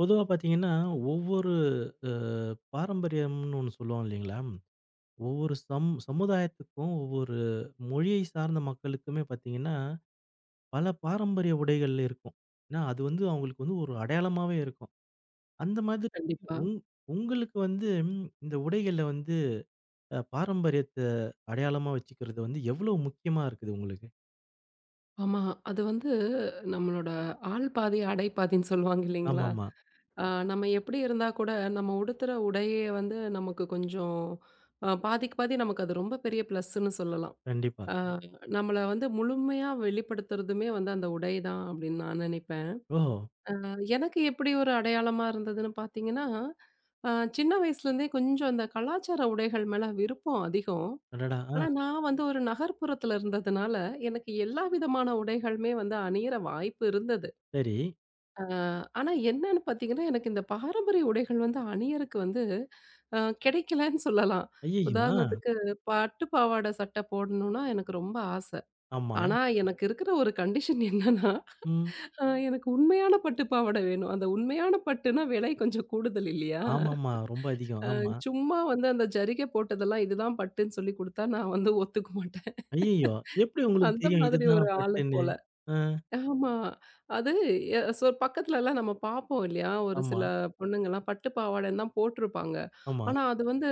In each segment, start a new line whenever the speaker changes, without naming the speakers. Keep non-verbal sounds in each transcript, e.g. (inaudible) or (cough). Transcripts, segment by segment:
பொதுவா பார்த்தீங்கன்னா, ஒவ்வொரு அ பாரம்பரியம்னு ஒண்ணு சொல்லுவோம் இல்லைங்களா? ஒவ்வொரு சமுதாயத்துக்கும், ஒவ்வொரு மொழியை சார்ந்த மக்களுக்குமே பார்த்தீங்கன்னா, பல பாரம்பரிய உடைகள் இருக்கும். ஏன்னா, அது வந்து அவங்களுக்கு வந்து ஒரு அடையாளமாவே இருக்கும். அந்த மாதிரி
கண்டிப்பா.
உங் உங்களுக்கு வந்து இந்த உடைகள்ல வந்து பாரம்பரியத்த அடையாளமா வச்சுக்கிறது வந்து எவ்வளவு முக்கியமா இருக்குது உங்களுக்கு?
ஆமா. அது வந்து நம்மளோட ஆள் பாதி, ஆடை பாதின்னு சொல்லுவாங்க இல்லைங்களா?
ஆமாமா.
அ நம்ம எப்படி இருந்தா கூட நம்ம உடுத்துற உடையே வந்து நமக்கு கொஞ்சம் பாதிக்கு பாதி நமக்கு அது ரொம்ப பெரிய பிளஸ்ன்னு சொல்லலாம்.
கண்டிப்பா.
அ ம். நம்மள வந்து முழுமையா வெளிப்படுத்துறதுமே வந்து அந்த உடை தான் அப்படின்னு நான் நினைப்பேன்.
ஓஹோ!
எனக்கு எப்படி ஒரு அடையாளமா இருந்ததுன்னு பார்த்தீங்கன்னா, அ சின்ன வயசுலேருந்தே கொஞ்சம் அந்த கலாச்சார உடைகள் மேல விருப்பம் அதிகம்.
அடடா! ஆ
ஆனா, நான் வந்து ஒரு நகர்ப்புறத்துல இருந்ததுனால, எனக்கு எல்லா விதமான உடைகளுமே வந்து அணியிற வாய்ப்பு இருந்தது.
சரி.
அ ஆனா என்னன்னு பார்த்தீங்கன்னா, எனக்கு இந்த பாரம்பரிய உடைகள் வந்து அணியறக்கு வந்து கிடைக்கலன்னு சொல்லலாம்.
ஐய்யய்யோ! ஆ.
உதாரணத்துக்கு பட்டு பாவாடை சட்டை போடணும்னா எனக்கு ரொம்ப ஆசை.
ஆமா.
ஆனா எனக்கு இருக்கிற ஒரு கண்டிஷன் என்னன்னா,
ம்.
எனக்கு உண்மையான பட்டு பாவாடை வேணும். அந்த உண்மையான பட்டுனா விலை கொஞ்சம் கூடுதல் இல்லையா?
ஆமாமா. ரொம்ப
அ
அதிகம். ஆமா.
சும்மா வந்து அந்த ஜரிகை போட்டதெல்லாம் இதுதான் பட்டுன்னு சொல்லி குடுத்தா நான் வந்து ஒத்துக்க மாட்டேன்.
ஐயய்யோ! எப்படி உங்களுக்கு
அந்த
தெரியும்
மாதிரி ஒரு
இதுதான்
ஆளு
பட்டுன்னு?
போல.
ஆ,
ஆமா. அது எ சொ பக்கத்துலலாம் நம்ம பார்ப்போம் இல்லையா? ஒரு
ஆமா,
சில பொண்ணுங்கலாம் பட்டு பாவாடைன்னு தான் போட்டிருப்பாங்க.
ஆமா.
ஆனா அது வந்து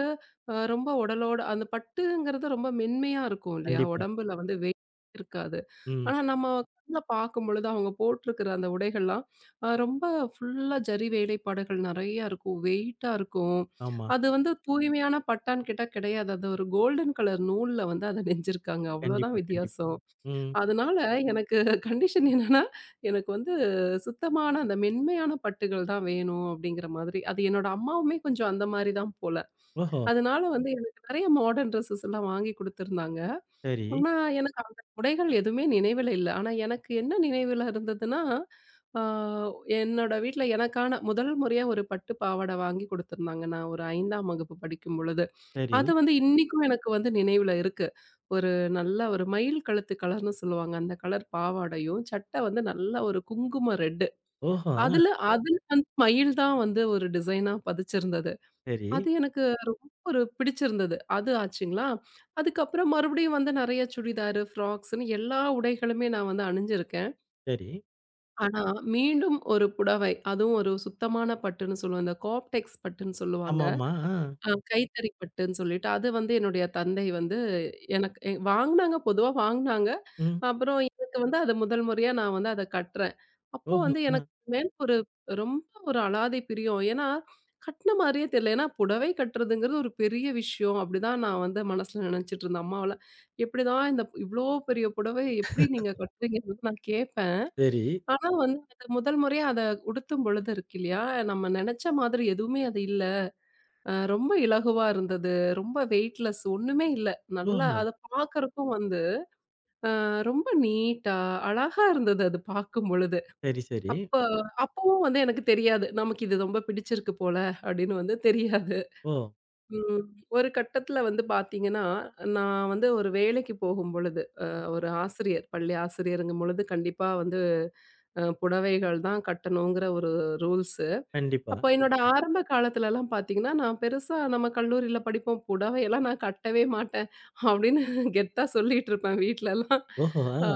ரொம்ப உடலோட அந்த பட்டுங்கிறது ரொம்ப மென்மையா இருக்கும் இல்லையா?
கண்டிப்பா.
உடம்புல வந்து வெயிட் இருக்காது.
ம்.
ஆனா நம்ம கண்ல பார்க்கும்பொழுது அவங்க போட்டிருக்கிற அந்த உடைகள்லாம் ரொம்ப ஃபுல்லா ஜரி வேலைப்பாடுகள் நெறையா இருக்கும். வெயிட்டா இருக்கும்.
ஆமா.
அது வந்து தூய்மையான பட்டான்னு கேட்டா கிடையாது. அது ஒரு கோல்டன் கலர் நூல்ல வந்து அத நெஞ்சிருக்காங்க. அவ்வளோதான்
கண்டிப்பா, கண்டிப்பா.
வித்தியாசம்.
ம்.
அதனால எனக்கு கண்டிஷன் என்னன்னா, எனக்கு வந்து சுத்தமான அந்த மென்மையான பட்டுகள் தான் வேணும் அப்படிங்கிற மாதிரி. அது என்னோட அம்மாவுமே கொஞ்சம் அந்த மாரி தான் போல.
ஓஹோ!
அதனால வந்து எனக்கு நெறைய மாடர்ன் ட்ரெஸ்ஸஸ் எல்லாம் வாங்கி குடுத்துருந்தாங்க.
சரி,
ஆனா, எனக்கு அந்த உடைகள் எதுவுமே நினைவில இல்ல. ஆனா, எனக்கு என்ன நினைவில இருந்ததுன்னா, ஆ என்னோட வீட்ல எனக்கான முதல் முறையா ஒரு பட்டு பாவாடை வாங்கி குடுத்துருந்தாங்க. நான் ஒரு 5ஆம் வகுப்பு படிக்கும் பொழுது.
சரி.
அது வந்து இன்னிக்கும் எனக்கு வந்து நினைவுல இருக்கு. ஒரு நல்ல ஒரு மயில் கழுத்து கலர்ன்னு சொல்லுவாங்க. அந்த கலர் பாவாடையும், சட்டை வந்து நல்ல ஒரு குங்கும ரெட்டு.
ஓஹோ! ஆ,
அதுல அதுல வந்து மயில் தான் வந்து ஒரு டிசைனா பதிச்சிருந்தது.
சரி,
அது எனக்கு ரொம்ப ஒரு பிடிச்சிருந்தது. அது ஆச்சுங்களா. அதுக்கப்புறம் மறுபடியும் வந்து நெறைய சுடிதாரு, ஃப்ராக்ஸ்ன்னு எல்லா உடைகளுமே நான் வந்து அணிஞ்சிருக்கேன்.
சரி.
ஆனா, மீண்டும் ஒரு புடவை, அதுவும் ஒரு சுத்தமான பட்டுன்னு சொல்லுவோம். இந்த காப்டெக்ஸ் பட்டுன்னு சொல்லுவாங்க.
ஆமாமா. ஆ.
கைத்தறி பட்டுன்னு சொல்லிட்டு, அது வந்து என்னுடைய தந்தை வந்து எனக்கு வாங்குனாங்க. பொதுவா வாங்குனாங்க.
ம்.
அப்புறம் எனக்கு வந்து அது முதல் முறையா நான் வந்து அத கட்டுறேன். அப்போ
ஓஹோ!
வந்து
ஆ.
எனக்கு மேல் ஒரு ரொம்ப ஒரு அலாதி பிரியம். ஏன்னா, கட்ன மாரியே தெரியல. ஏன்னா, புடவை கட்டுறதுங்கிறது ஒரு பெரிய விஷயம். அப்படிதான் நான் வந்து மனசுல நினைச்சுட்டு இருந்தேன். அம்மாவெல்லாம் எப்படிதான் இந்த இவ்ளோ பெரிய புடவை எப்படி நீங்க கட்டுறீங்கன்னு நான் கேட்பேன்.
சரி.
ஆனா வந்து அது முதல் முறையா அத உடுத்தும் பொழுது இருக்கு இல்லையா? நம்ம நெனச்ச மாதிரி எதுவுமே அது இல்ல. ரொம்ப இலகுவா இருந்தது. ரொம்ப வெயிட்லெஸ் ஒண்ணுமே இல்ல. நல்லா
ஓஹோ!
அத பார்க்கறக்கும் வந்து அ ரொம்ப நீட்டா, அழகா இருந்தது அது பார்க்கும் பொழுது.
சரி, சரி.
அப்ப அப்பவும் வந்து எனக்கு தெரியாது. நமக்கு இது ரொம்ப பிடிச்சிருக்கு போல அப்படின்னு வந்து தெரியாது.
ஓ!
ம். ஒரு கட்டத்துல வந்து பார்த்தீங்கன்னா, நான் வந்து ஒரு வேலைக்கு போகும் பொழுது, ஒரு ஆசிரியர், பள்ளி ஆசிரியருங்கும் பொழுது கண்டிப்பா வந்து புடவைகள் தான் கட்டணுங்கிற ஒரு ரூல்ஸு.
கண்டிப்பா.
அப்போ என்னோட ஆரம்ப காலத்துலலாம் பார்த்தீங்கன்னா, நான் பெருசா நம்ம கல்லூரியில படிப்போம். புடவையெல்லாம் நான் கட்டவே மாட்டேன். அப்படின்னு கெத்தா சொல்லிட்டுருப்பேன் வீட்லலாம்.
ஓஹோ! ஆ.
அ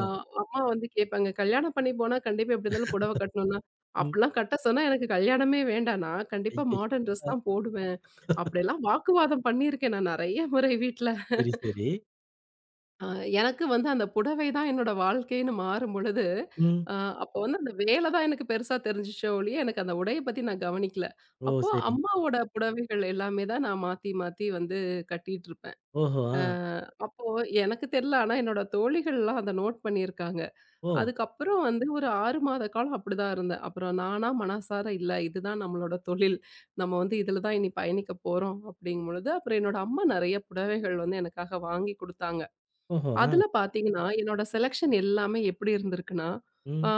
அம்மா வந்து கேட்பாங்க, "கல்யாணம் பண்ணி போனா கண்டிப்பா எப்படி இருந்தாலும் புடவ கட்டணும்னா"
ம்.
அப்படிலாம் கட்ட சொன்னா எனக்கு கல்யாணமே வேண்டாம். நான் கண்டிப்பா
ஐயய்யோ!
மாடர்ன் ட்ரெஸ்
ஆ.
தான் போடுவேன். அப்படியெல்லாம் வாக்குவாதம் பண்ணியிருக்கேன் நான் நெறைய முறை வீட்ல.
சரி, சரி.
அ எனக்கு வந்து அந்த புடவை தான் என்னோட வாழ்க்கைன்னு மாறும்பொழுது,
ம்.
அ அப்போ வந்து அந்த வேலை தான் எனக்கு பெருசா தெரிஞ்சுச்சே ஒழிய, எனக்கு அந்த உடைய பத்தி நான் கவனிக்கல.
ஓ!
அப்போ
சரி.
அம்மாவோட புடவைகள் எல்லாமே தான் நான் மாத்தி மாத்தி வந்து கட்டிட்டுருப்பேன்.
ஓஹோ! ஆ.
அ அப்போ எனக்கு தெரியல. ஆனா என்னோட தோழிகள்லாம் அத நோட் பண்ணியிருக்காங்க.
ஓ!
அதுக்கப்புறம் வந்து ஒரு 6 மாத காலம் அப்படிதான் இருந்தேன். அப்புறம் நானா மனசார இல்ல இதுதான் நம்மளோட தொழில். நம்ம வந்து இதில தான் இனி பயணிக்க போறோம் அப்படிங்கும்பொழுது, அப்புறம் என்னோட அம்மா நெறைய புடவைகள் வந்து எனக்காக வாங்கி குடுத்தாங்க.
ஓஹோ! ஆ.
அதுல பாத்தீங்கன்னா, என்னோட செலக்ஷன் எல்லாமே எப்படி இருந்திருக்குன்னா, ஆ
ம்.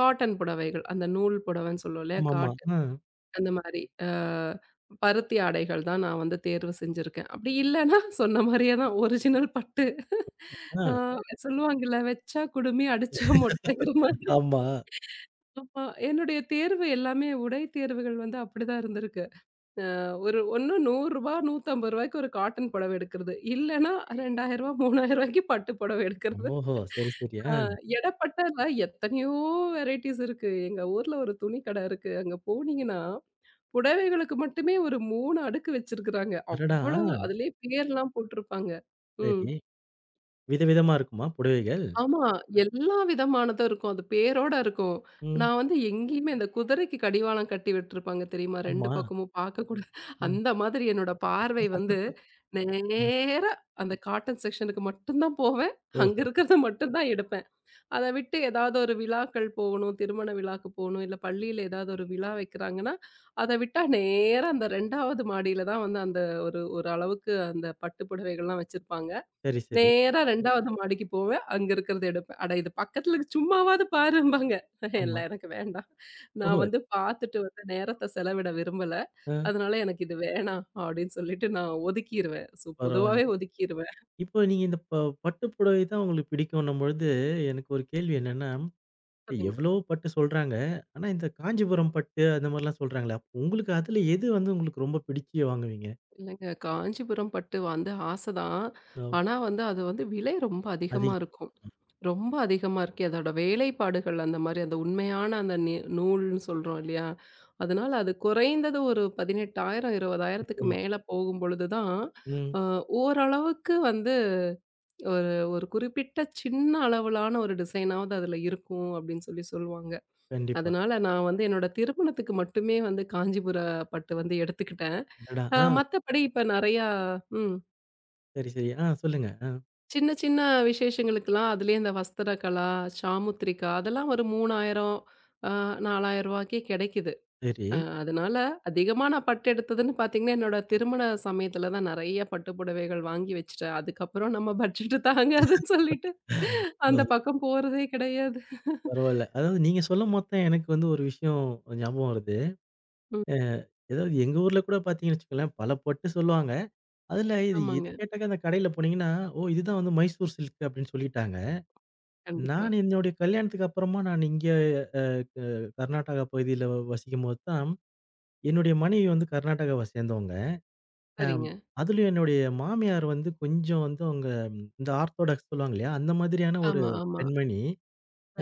காட்டன் புடவைகள். அந்த நூல் புடவைன்னு சொல்லுவோம் இல்லையா?
ஆமாமா.
காட்டன்
ஆ,
அந்த மாரி. பருத்தி ஆடைகள் தான் நான் வந்து தேர்வு செஞ்சிருக்கேன். அப்படி இல்லன்னா, சொன்ன மாரியே தான் ஒரிஜினல் பட்டு.
ஆ.
ஆ சொல்லுவாங்கல்ல, "வச்சா குடுமி, அடிச்சா மொட்டைங்கிற" மாதிரி.
ஆமா.
ஆமா. என்னுடைய தேர்வு எல்லாமே உடை தேர்வுகள் வந்து அப்படிதான் இருந்திருக்கு. அ ஒரு ஒண்ணு ரூ. 100 150 ரூபாய்க்கு ஒரு காட்டன் புடவை எடுக்கிறது. இல்லன்னா ரூ. 2000 ரூ. 3000க்கு பட்டு புடவை எடுக்கிறது.
ஓஹோ! சரி, சரி.
ஆ
ஆ.
எடப்பட்டல எத்தனையோ வெரைட்டீஸ் இருக்கு. எங்க ஊர்ல ஒரு துணி கடை இருக்கு. அங்க போனீங்கன்னா, புடவைகளுக்கு மட்டுமே ஒரு 3 அடுக்கு வச்சிருக்கிறாங்க.
அடடா!
அவ்வளவு அதிலேயே பேர்லாம் போட்டிருப்பாங்க. ம்.
சரி. விதவிதமா இருக்குமா புடவைகள்?
ஆமா. எல்லா விதமானதும் இருக்கும். அது பேரோட இருக்கும்.
ம்.
நான் வந்து எங்கேயுமே அந்த குதிரைக்கு கடிவாளம் கட்டி விட்டுருப்பாங்க தெரியுமா? 2
ஆமா.
பக்கமும் பார்க்கக்கூடாது.
ம்.
அந்த மாதிரி என்னோட பார்வை வந்து
அ.
நேரா அந்த காட்டன் செக்ஷனுக்கு மட்டும் தான் போவேன். அங்க
ஓஹோ!
இருக்கிறத மட்டும் தான் எடுப்பேன். அத விட்டு ஏதாவது ஒரு விழாக்கள் போகணும். திருமண விழாக்கு போகணும். இல்ல பள்ளியில ஏதாவது ஒரு விழா வைக்கிறாங்கன்னா, அத விட்டா நேரா அந்த 2வது மாடியில தான் வந்து அந்த ஒரு ஒரு அளவுக்கு அந்த பட்டு புடவைகள்லாம் வச்சிருப்பாங்க.
சரி, சரி.
நேரா 2வது மாடிக்கு போவேன். அங்க இருக்கிறத எடுப்பேன். அட இது பக்கத்துல இருக்கு, சும்மாவாவது பாரும்பாங்க. (laughs) இல்ல
ஆமா.
எனக்கு வேண்டாம். நான்
ஓஹோ!
வந்து பார்த்துட்டு வந்து நேரத்த செலவிட விரும்பல.
அ
அதனால எனக்கு இது வேணாம் அப்படின்னு சொல்லிட்டு நான் ஒதுக்கிருவேன். ஸோ
பரவால்ல.
பொதுவாவே ஒதுக்கிருவேன்.
இப்போ நீங்க இந்த பட்டு புடவை தான் உங்களுக்கு பிடிக்கும்ன்னும் பொழுது, எனக்கு ஒரு கேள்வி என்னன்னா, எவ்வளோ பட்டு சொல்றாங்க. ஆனா இந்த காஞ்சிபுரம் பட்டு அந்த மாரிலாம் சொல்றாங்களே, அப்போ உங்களுக்கு அதுல எது வந்து உங்களுக்கு ரொம்ப பிடிச்சு வாங்குவீங்க?
இல்லைங்க. காஞ்சிபுரம் பட்டு வந்து ஆசை தான்.
ஓ!
ஆனா வந்து அது வந்து விலை ரொம்ப
அது
அதிகமா இருக்கும். ரொம்ப அதிகமா இருக்கு. அதோட வேலைப்பாடுகள் அந்த மாரி அந்த உண்மையான அந்த நூல்ன்னு சொல்றோம் இல்லையா? அதனால அது குறைந்தது ஒரு 18,000 20,000க்கு
முக்கியமா.
மேல போகும்பொழுது தான்,
ம்.
அ ஓரளவுக்கு வந்து ஒரு ஒரு குறிப்பிட்ட சின்ன அளவிலான ஒரு டிசைனாவது அதில இருக்கும் அப்படின்னு சொல்லி சொல்லுவாங்க.
கண்டிப்பா.
அதனால நான் வந்து என்னோட திருமணத்துக்கு மட்டுமே வந்து காஞ்சிபுர பட்டு வந்து எடுத்துக்கிட்டேன்.
அடடா! ஆ.
மத்தபடி இப்ப நெறையா ம்.
சரி, சரி. ஆ சொல்லுங்க. ஆ
சின்ன சின்ன விசேஷங்களுக்கெல்லாம் அதுலயே இந்த வஸ்திரக்கலா, சாமுத்திரிகா அதெல்லாம் ஒரு 3000 ஆ ரூ. 4000க்கே கெடைக்குது.
சரி.
அதனால அதிகமா நான் பட்டு எடுத்ததுன்னு பாத்தீங்கன்னா, என்னோட திருமண சமயத்துல தான் நெறைய பட்டு புடவைகள் வாங்கி வச்சுட்டேன். அதுக்கப்புறம் நம்ம பட்ஜெட் தாங்காதுன்னு சொல்லிட்டு
ஓ!
அந்த பக்கம் போறதே கிடையாது.
பரவால்ல. அதாவது நீங்க சொல்லும் போது தான் எனக்கு வந்து ஒரு விஷயம் ஞாபகம் வருது.
ம்.
அ ஏதாவது எங்க ஊர்ல கூட பார்த்தீங்கன்னு வச்சுக்கோங்களேன், பல பொட்டு சொல்லுவாங்க. அதுல இது எது
ஆமாங்க.
கேட்டாக்க அந்த கடையில போனீங்கன்னா, "ஓ! இதுதான் வந்து மைசூர் சில்க்" அப்படின்னு சொல்லிட்டாங்க.
கண்டிப்பா.
நான் என்னுடைய கல்யாணத்துக்கு அப்புறமா நான் இங்க க கர்நாடகா பகுதியில வசிக்கும்போது தான், என்னுடைய மனைவி வந்து கர்நாடகாவ சேர்ந்தவங்க. அம்
சரிங்க.
அதுலயும் என்னுடைய மாமியார் வந்து கொஞ்சம் வந்து அவங்க இந்த ஆர்த்தோடாக்ஸ் சொல்லுவாங்க இல்லையா? அந்த மாதிரியான ஒரு
ஆமா, ஆமா.
பெண்மணி.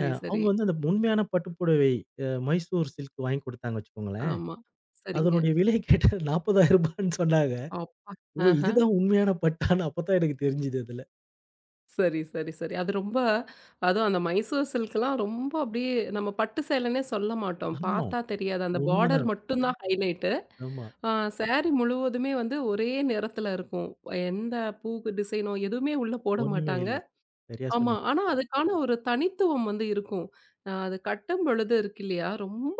அ
சரி.
அவங்க வந்து அந்த உண்மையான பட்டு புடவை மைசூர் சில்க் வாங்கி குடுத்தாங்க வச்சுக்கோங்களேன்.
ஆமா. சரிங்க.
அதனுடைய விலை கேட்டா ரூ. 40,000ன்னு சொன்னாங்க.
அப்பா!
ஓ!
ஆஹ.
இதுதான் உண்மையான பட்டான்னு அப்பதான் எனக்கு தெரிஞ்சது அதுல.
சரி, சரி, சரி. அது ரொம்ப அதுவும் அந்த மைசூர் சில்க்லாம் ரொம்ப அப்படியே நம்ம பட்டு சேலைன்னே சொல்ல மாட்டோம்.
ஆமா.
பார்த்தா தெரியாது. அந்த பார்டர்
உண்மதான்.
மட்டும் தான் ஹைலைட்டு.
ஆமா.
ஆ சாரி முழுவதுமே வந்து ஒரே நிறத்துல இருக்கும். எந்த பூ டிசைனோ எதுவுமே உள்ள போட
ஒண்ணுமே
மாட்டாங்க.
இல்ல. சரியா
ஆமா.
சொன்னீங்க.
ஆனா, அதுக்கான ஒரு தனித்துவம் வந்து இருக்கும். அது கட்டும்பொழுது இருக்கு இல்லையா, ரொம்ப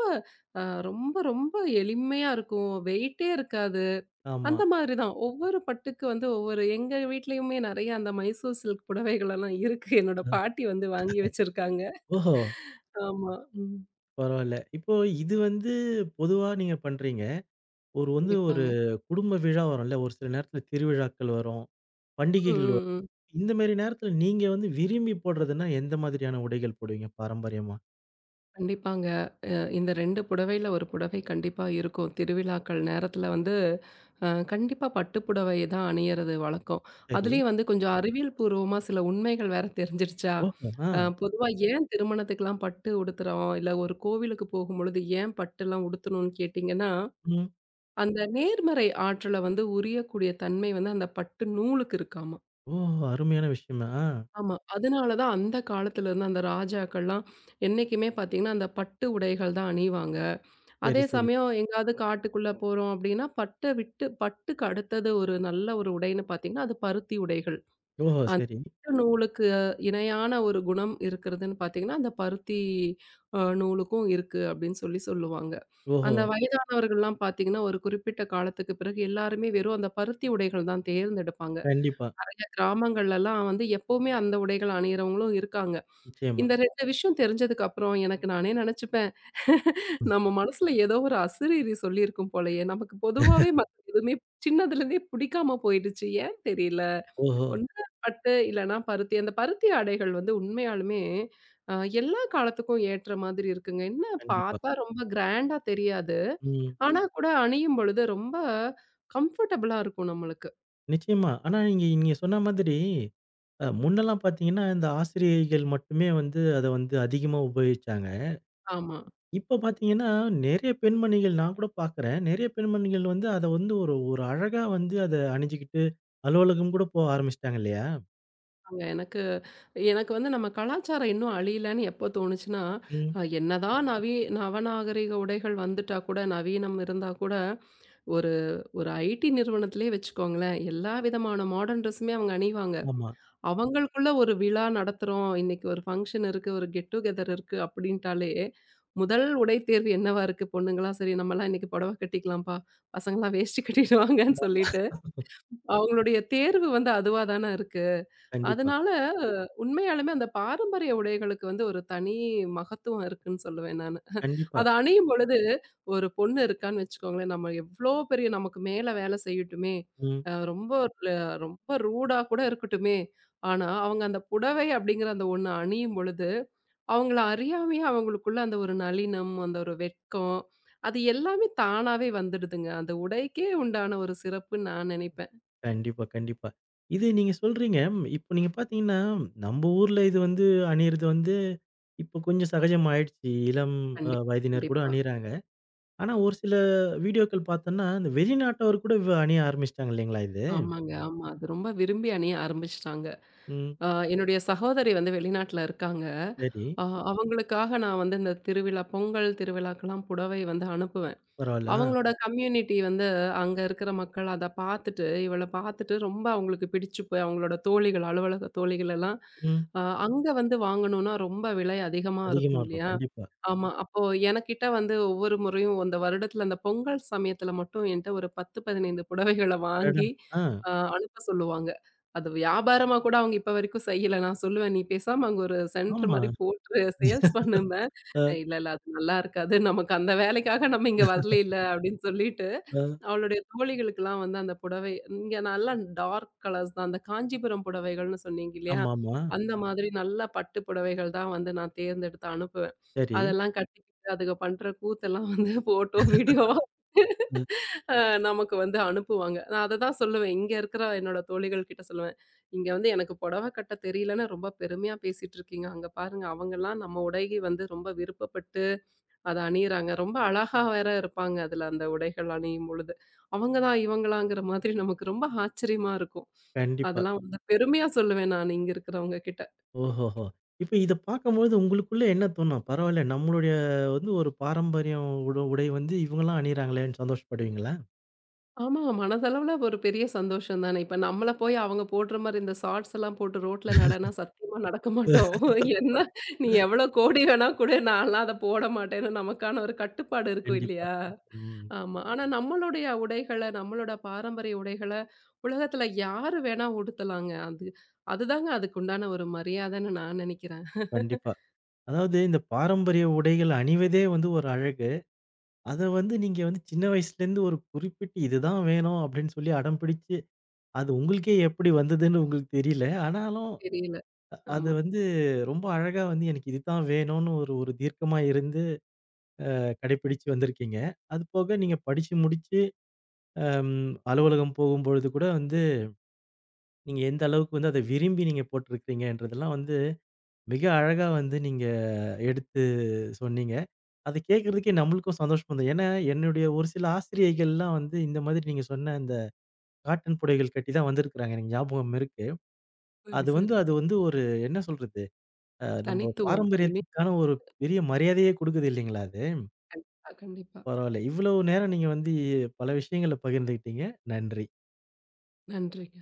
அ ரொம்ப ரொம்ப எளிமையா இருக்கும். வெயிட்டே இருக்காது.
ஆமா.
அந்த மாதிரி தான். ஒவ்வொரு பட்டுக்கு வந்து ஒவ்வொரு எங்க வீட்லயுமே நெறைய அந்த மைசூர் சில்க் புடவைகளெல்லாம் இருக்கு. என்னோட
அ.
பாட்டி வந்து வாங்கி வச்சிருக்காங்க.
ஓஹோ!
ஆமா. ம்.
பரவால்ல. இப்போ இது வந்து பொதுவா நீங்க பண்றீங்க. ஒரு வந்து ஒரு
கண்டிப்பாங்க.
குடும்ப விழா வரும்ல, ஒரு சில நேரத்துல திருவிழாக்கள் வரும்,
ம்,
பண்டிகைகள்
ம்,
வரும்.
ம்.
இந்த மாரி நேரத்துல நீங்க வந்து விரும்பி போடுறதுன்னா, எந்த மாதிரியான உடைகள் போடுவீங்க பாரம்பரியமா?
கண்டிப்பாங்க. இந்த 2 புடவையில ஒரு புடவை கண்டிப்பா இருக்கும். திருவிழாக்கள் நேரத்தில வந்து கண்டிப்பா பட்டு புடவை தான் அணியறது வழக்கம்.
சரி.
அதுலயும் வந்து கொஞ்சம் அறிவியல் பூர்வமா சில உண்மைகள் வேற தெரிஞ்சிருச்சா,
ஓஹோ! ஆ.
பொதுவா ஏன் திருமணத்துக்குலாம் பட்டு உடுத்துறோம்? இல்ல ஒரு கோவிலுக்கு போகும்பொழுது ஏன் பட்டுலாம் உடுத்தணும்னு கேட்டீங்கன்னா,
ம்.
அந்த நேர்மறை ஆற்றல வந்து உரியக்கூடிய தன்மை வந்து அந்த பட்டு நூலுக்கு இருக்காமா.
ஓஹோ! அருமையான விஷயமா? ஆ.
ஆமா. அதனால தான் அந்த காலத்துல இருந்து அந்த ராஜாக்கள்லாம் என்னைக்குமே பார்த்தீங்கன்னா, அந்த பட்டு உடைகள் தான் அணிவாங்க. அதே
சரி, சரி.
சமயம் எங்கேயாவது காட்டுக்குள்ள போறோம் அப்படின்னா, பட்ட விட்டு பட்டுக்கு அடுத்தது ஒரு நல்ல ஒரு உடைன்னு பார்த்தீங்கன்னா, அது பருத்தி உடைகள்.
ஓஹோ!
அந்த
சரி.
பட்டு நூலுக்கு இணையான ஒரு குணம் இருக்கிறதுன்னு பார்த்தீங்கன்னா, அந்த பருத்தி நூலுக்கும் இருக்கு அப்படின்னு சொல்லி சொல்லுவாங்க.
ஓஹோ!
அந்த வயதானவர்கள்லாம் பார்த்தீங்கன்னா, ஒரு குறிப்பிட்ட காலத்துக்கு பிறகு எல்லாருமே வெறும் அந்த பருத்தி உடைகள் தான் தேர்ந்தெடுப்பாங்க.
கண்டிப்பா.
நெறைய கிராமங்கள்லலாம் வந்து எப்பவுமே அந்த உடைகள் அணியிறவங்களும் இருக்காங்க.
நிச்சயமா.
இந்த 2 விஷயம் தெரிஞ்சதுக்கு அப்புறம் எனக்கு நானே நெனச்சுப்பேன்.
ம்.
நம்ம மனசுல ஏதோ ஒரு அசரீரி சொல்லியிருக்கும் போலயே! நமக்கு பொதுவாவே மத்த எதுவுமே சின்னதுலேருந்தே பிடிக்காம போயிடுச்சு. ஏன் தெரியல.
ஓஹோ!
ஒண்ணு பட்டு இல்லன்னா பருத்தி. அந்த பருத்தி ஆடைகள் வந்து உண்மையாலுமே அ எல்லா காலத்துக்கும் ஏற்ற மாதிரி இருக்குங்க. என்ன
கண்டிப்பா.
பார்த்தா ரொம்ப கிராண்டா தெரியாது.
ம்.
ஆனா கூட அணியும் பொழுது ரொம்ப கம்ஃபர்டபுளா இருக்கும் நம்மளுக்கு.
நிச்சயமா. ஆனா நீங்க நீங்க சொன்ன மாதிரி, முன்னெல்லாம் பார்த்தீங்கன்னா, இந்த ஆசிரியைகள் மட்டுமே வந்து அத வந்து அதிகமா உபயோகிச்சாங்க.
ஆமா.
இப்ப பார்த்தீங்கன்னா, நெறைய பெண்மணிகள் நான் கூட பார்க்குறேன். நெறைய பெண்மணிகள் வந்து அத வந்து ஒரு ஒரு அழகா வந்து அத அணிஞ்சுக்கிட்டு அலுவலகம் கூட போக ஆரம்பிச்சுட்டாங்க இல்லையா?
அங்க எனக்கு எனக்கு வந்து நம்ம கலாச்சாரம் இன்னும் அழியலன்னு எப்போ தோணுச்சுன்னா,
ம்.
அ என்னதான் நவீ நவநாகரிக உடைகள் வந்துட்டா கூட, நவீனம் இருந்தா கூட ஒரு ஒரு ஐடி நிறுவனத்திலேயே வச்சுக்கோங்களேன், எல்லா விதமான மாடர்ன் ட்ரெஸ்ஸுமே அவங்க அணிவாங்க.
ஆமா.
அவங்களுக்குள்ள ஒரு விழா நடத்துறோம், இன்னைக்கு ஒரு ஃபங்ஷன் இருக்கு, ஒரு கெட் டுகெதர் இருக்கு அப்படின்ட்டாலே, முதல் உடை தேர்வு என்னவா இருக்கு பொண்ணுங்களா? சரி நம்மலாம் இன்னைக்கு புடவை கட்டிக்கலாம்ப்பா, பசங்கலாம் வேஷ்டி கட்டிடுவாங்கன்னு
ஆமாமா.
சொல்லிட்டு, அவங்களுடைய தேர்வு வந்து அதுவா தான இருக்கு.
கண்டிப்பா,
அதனால உண்மையாலுமே அந்த பாரம்பரிய உடைகளுக்கு வந்து ஒரு தனி மகத்துவம் இருக்குன்னு சொல்லுவேன் நானு.
கண்டிப்பா.
அத அணியும் பொழுது ஒரு பொண்ணு இருக்கான்னு வச்சுக்கோங்களேன், நம்ம எவ்ளோ பெரிய நமக்கு மேல வேலை செய்யட்டுமே,
ம்.
அ ரொம்ப ல ரொம்ப ரூடா கூட இருக்கட்டுமே, ஆனா அவங்க அந்த புடவை அப்படிங்கிற அந்த ஒண்ணு அணியும் பொழுது, அவங்கள அறியாமையே அவங்களுக்குள்ள அந்த ஒரு நளினம், அந்த ஒரு வெட்கம், அது எல்லாமே தானாவே வந்துடுதுங்க. அந்த உடைக்கே உண்டான ஒரு சிறப்புன்னு நான் நினைப்பேன்.
கண்டிப்பா, கண்டிப்பா. இது நீங்க சொல்றீங்க. இப்ப நீங்க பார்த்தீங்கன்னா, நம்ம ஊர்ல இது வந்து அணியிறது வந்து, இப்ப கொஞ்சம் சகஜமாயிடுச்சு. இளம்
கண்டிப்பா,
வயதினர் கூட
கண்டிப்பா.
அணியிறாங்க. ஆனா, ஒரு சில வீடியோக்கள் பார்த்தோம்னா, இந்த வெளிநாட்டவர் கூட அணிய ஆரம்பிச்சுட்டாங்க இல்லைங்களா இது?
ஆமாங்க. ஆமா. அது ரொம்ப விரும்பி அணிய ஆரம்பிச்சுட்டாங்க.
ம்.
அ என்னுடைய சகோதரி வந்து வெளிநாட்ல இருக்காங்க.
சரி.
அ அவங்களுக்காக நான் வந்து இந்த திருவிழா பொங்கல் திருவிழாக்கெல்லாம் புடவை வந்து அனுப்புவேன்.
பரவால்ல. ஆ.
அவங்களோட கம்யூனிட்டி வந்து அங்க இருக்கிற மக்கள் அத பார்த்துட்டு, இவள பார்த்துட்டு ரொம்ப அவங்களுக்கு பிடிச்சு போய் அவங்களோட தோழிகள், அலுவலக தோழிகள் எல்லாம்
ம்.
அ அங்க வந்து வாங்கணும்னா ரொம்ப விலை அதிகமா இருக்கும்
அதிகமா இருக்கும்.
இல்லையா?
கண்டிப்பா.
ஆமா. அப்போ எனக்கிட்ட வந்து ஒவ்வொரு முறையும் அந்த வருடத்துல அந்த பொங்கல் சமயத்துல மட்டும் என்ட்ட ஒரு 10, 15 புடவைகள
அடடா!
வாங்கி
ஆ.
அ அனுப்ப சொல்லுவாங்க. அது வியாபாரமா கூட அவங்க இப்ப வரைக்கும் செய்யல. நான் சொல்லுவேன், "நீ பேசாம அங்க ஒரு சென்டர்
ஆமா.
மாரி போட்டுரு. சேல்ஸ் பண்ணு
அ,
இல்ல, இல்ல. அது நல்லா இருக்காது. நமக்கு அந்த வேலைக்காக நம்ம இங்க வரலைல்ல அப்படின்னு சொல்லிட்டு,
அ.
அவளுடைய தோழிகளுக்கெல்லாம் வந்து அந்த புடவை இங்க நல்லா டார்க் கலர்ஸ் தான். அந்த காஞ்சிபுரம் புடவைகள்னு சொன்னீங்க இல்லையா?
ஆமாமா.
அந்த மாதிரி நல்ல பட்டு புடவைகள் தான் வந்து நான் தேர்ந்தெடுத்து அனுப்புவேன்.
சரி.
அதெல்லாம் கட்டிக்கிட்டு அதுக பண்ற கூத்தெல்லாம் வந்து ஃபோட்டோ, வீடியோவா
ம்.
அ நமக்கு வந்து அனுப்புவாங்க. நான் அததான் சொல்லுவேன். இங்க இருக்கிற என்னோட தோழிகள் கிட்ட சொல்லுவேன். "இங்க வந்து எனக்கு புடவ கட்ட தெரியலன்னு ரொம்ப பெருமையா பேசிட்டு இருக்கீங்க. அங்க பாருங்க அவங்கலாம் நம்ம உடையை வந்து ரொம்ப விருப்பப்பட்டு அத அணியிறாங்க. ரொம்ப அழகா வேற இருப்பாங்க அதுல அந்த உடைகள் அணியும் பொழுது. அவங்களா, இவங்களாங்கிற மாதிரி நமக்கு ரொம்ப ஆச்சரியமா இருக்கும்.
கண்டிப்பா.
அதெல்லாம் வந்து பெருமையா சொல்லுவேன் நான் இங்க இருக்கிறவங்க கிட்ட.
ஓஹோஹோ! இப்ப இத பார்க்கும்போது உங்களுக்குள்ள என்ன தோணும்? பரவால்ல நம்மளுடைய வந்து ஒரு பாரம்பரியம் உடை வந்து இவங்கலாம் அணியிறாங்களேன்னு சந்தோஷப்படுவீங்களா?
ஆமா. மனதளவுல ஒரு பெரிய சந்தோஷம் தானே. இப்ப நம்மள போய் அவங்க போடுற மாரி இந்த ஷார்ட்ஸ் எல்லாம் போட்டு ரோட்ல நடனா சத்தியமா நடக்க மாட்டோம். (laughs) என்ன நீ எவ்வளோ கோடி வேணா குடு நான்லாம் அத போட மாட்டேன்னு நமக்கான ஒரு கட்டுப்பாடு இருக்கும்
கண்டிப்பா.
இல்லையா?
ம்.
ஆமா. ஆனா நம்மளுடைய உடைகள, நம்மளோட பாரம்பரிய உடைகள உலகத்துல யாரு வேணா உடுத்தலாங்க. அது அதுதாங்க அதுக்குண்டான ஒரு மரியாதைன்னு நான் நெனைக்கிறேன். (laughs)
கண்டிப்பா. அதாவது இந்த பாரம்பரிய உடைகள் அணிவதே வந்து ஒரு அழகு. அத வந்து நீங்க வந்து சின்ன வயசுலேருந்து ஒரு குறிப்பிட்டு இதுதான் வேணும் அப்படின்னு சொல்லி அடம் பிடிச்சு, அது உங்களுக்கே எப்படி வந்ததுன்னு உங்களுக்கு தெரியல. ஆனாலும்
தெரியல.
அது
ஆமா.
வந்து ரொம்ப அழகா வந்து எனக்கு இதுதான் வேணும்னு ஒரு ஒரு தீர்க்கமா இருந்து கடைபிடிச்சு வந்திருக்கீங்க. அதுபோக நீங்க படிச்சு முடிச்சு அம் அலுவலகம் போகும்பொழுது கூட வந்து, நீங்க எந்த அளவுக்கு வந்து அத விரும்பி நீங்க போட்டிருக்கிறீங்கன்றதெல்லாம் வந்து, மிக அழகா வந்து நீங்க எடுத்து சொன்னீங்க. அத கேட்கறதுக்கே நம்மளுக்கும் சந்தோஷமா இருந்தது. ஏன்னா, என்னுடைய ஒரு சில ஆசிரியைகள்லாம் வந்து இந்த மாதிரி நீங்க சொன்ன அந்த காட்டன் புடைகள் கட்டி தான் வந்திருக்கிறாங்க. எனக்கு ஞாபகம் இருக்கு.
சரி,
அது வந்து
சரி.
அது வந்து ஒரு என்ன சொல்றது? நம்ம
தனித்துவம். யுனிக்
பாரம்பரியத்துக்கான ஒரு பெரிய மரியாதையே குடுக்குது இல்லைங்களா அது?
கண்டிப்பா, கண்டிப்பா.
பரவால்ல. இவ்வளவு நேரம் நீங்க வந்து பல விஷயங்கள பகிர்ந்துகிட்டீங்க. நன்றி.
நன்றிங்க.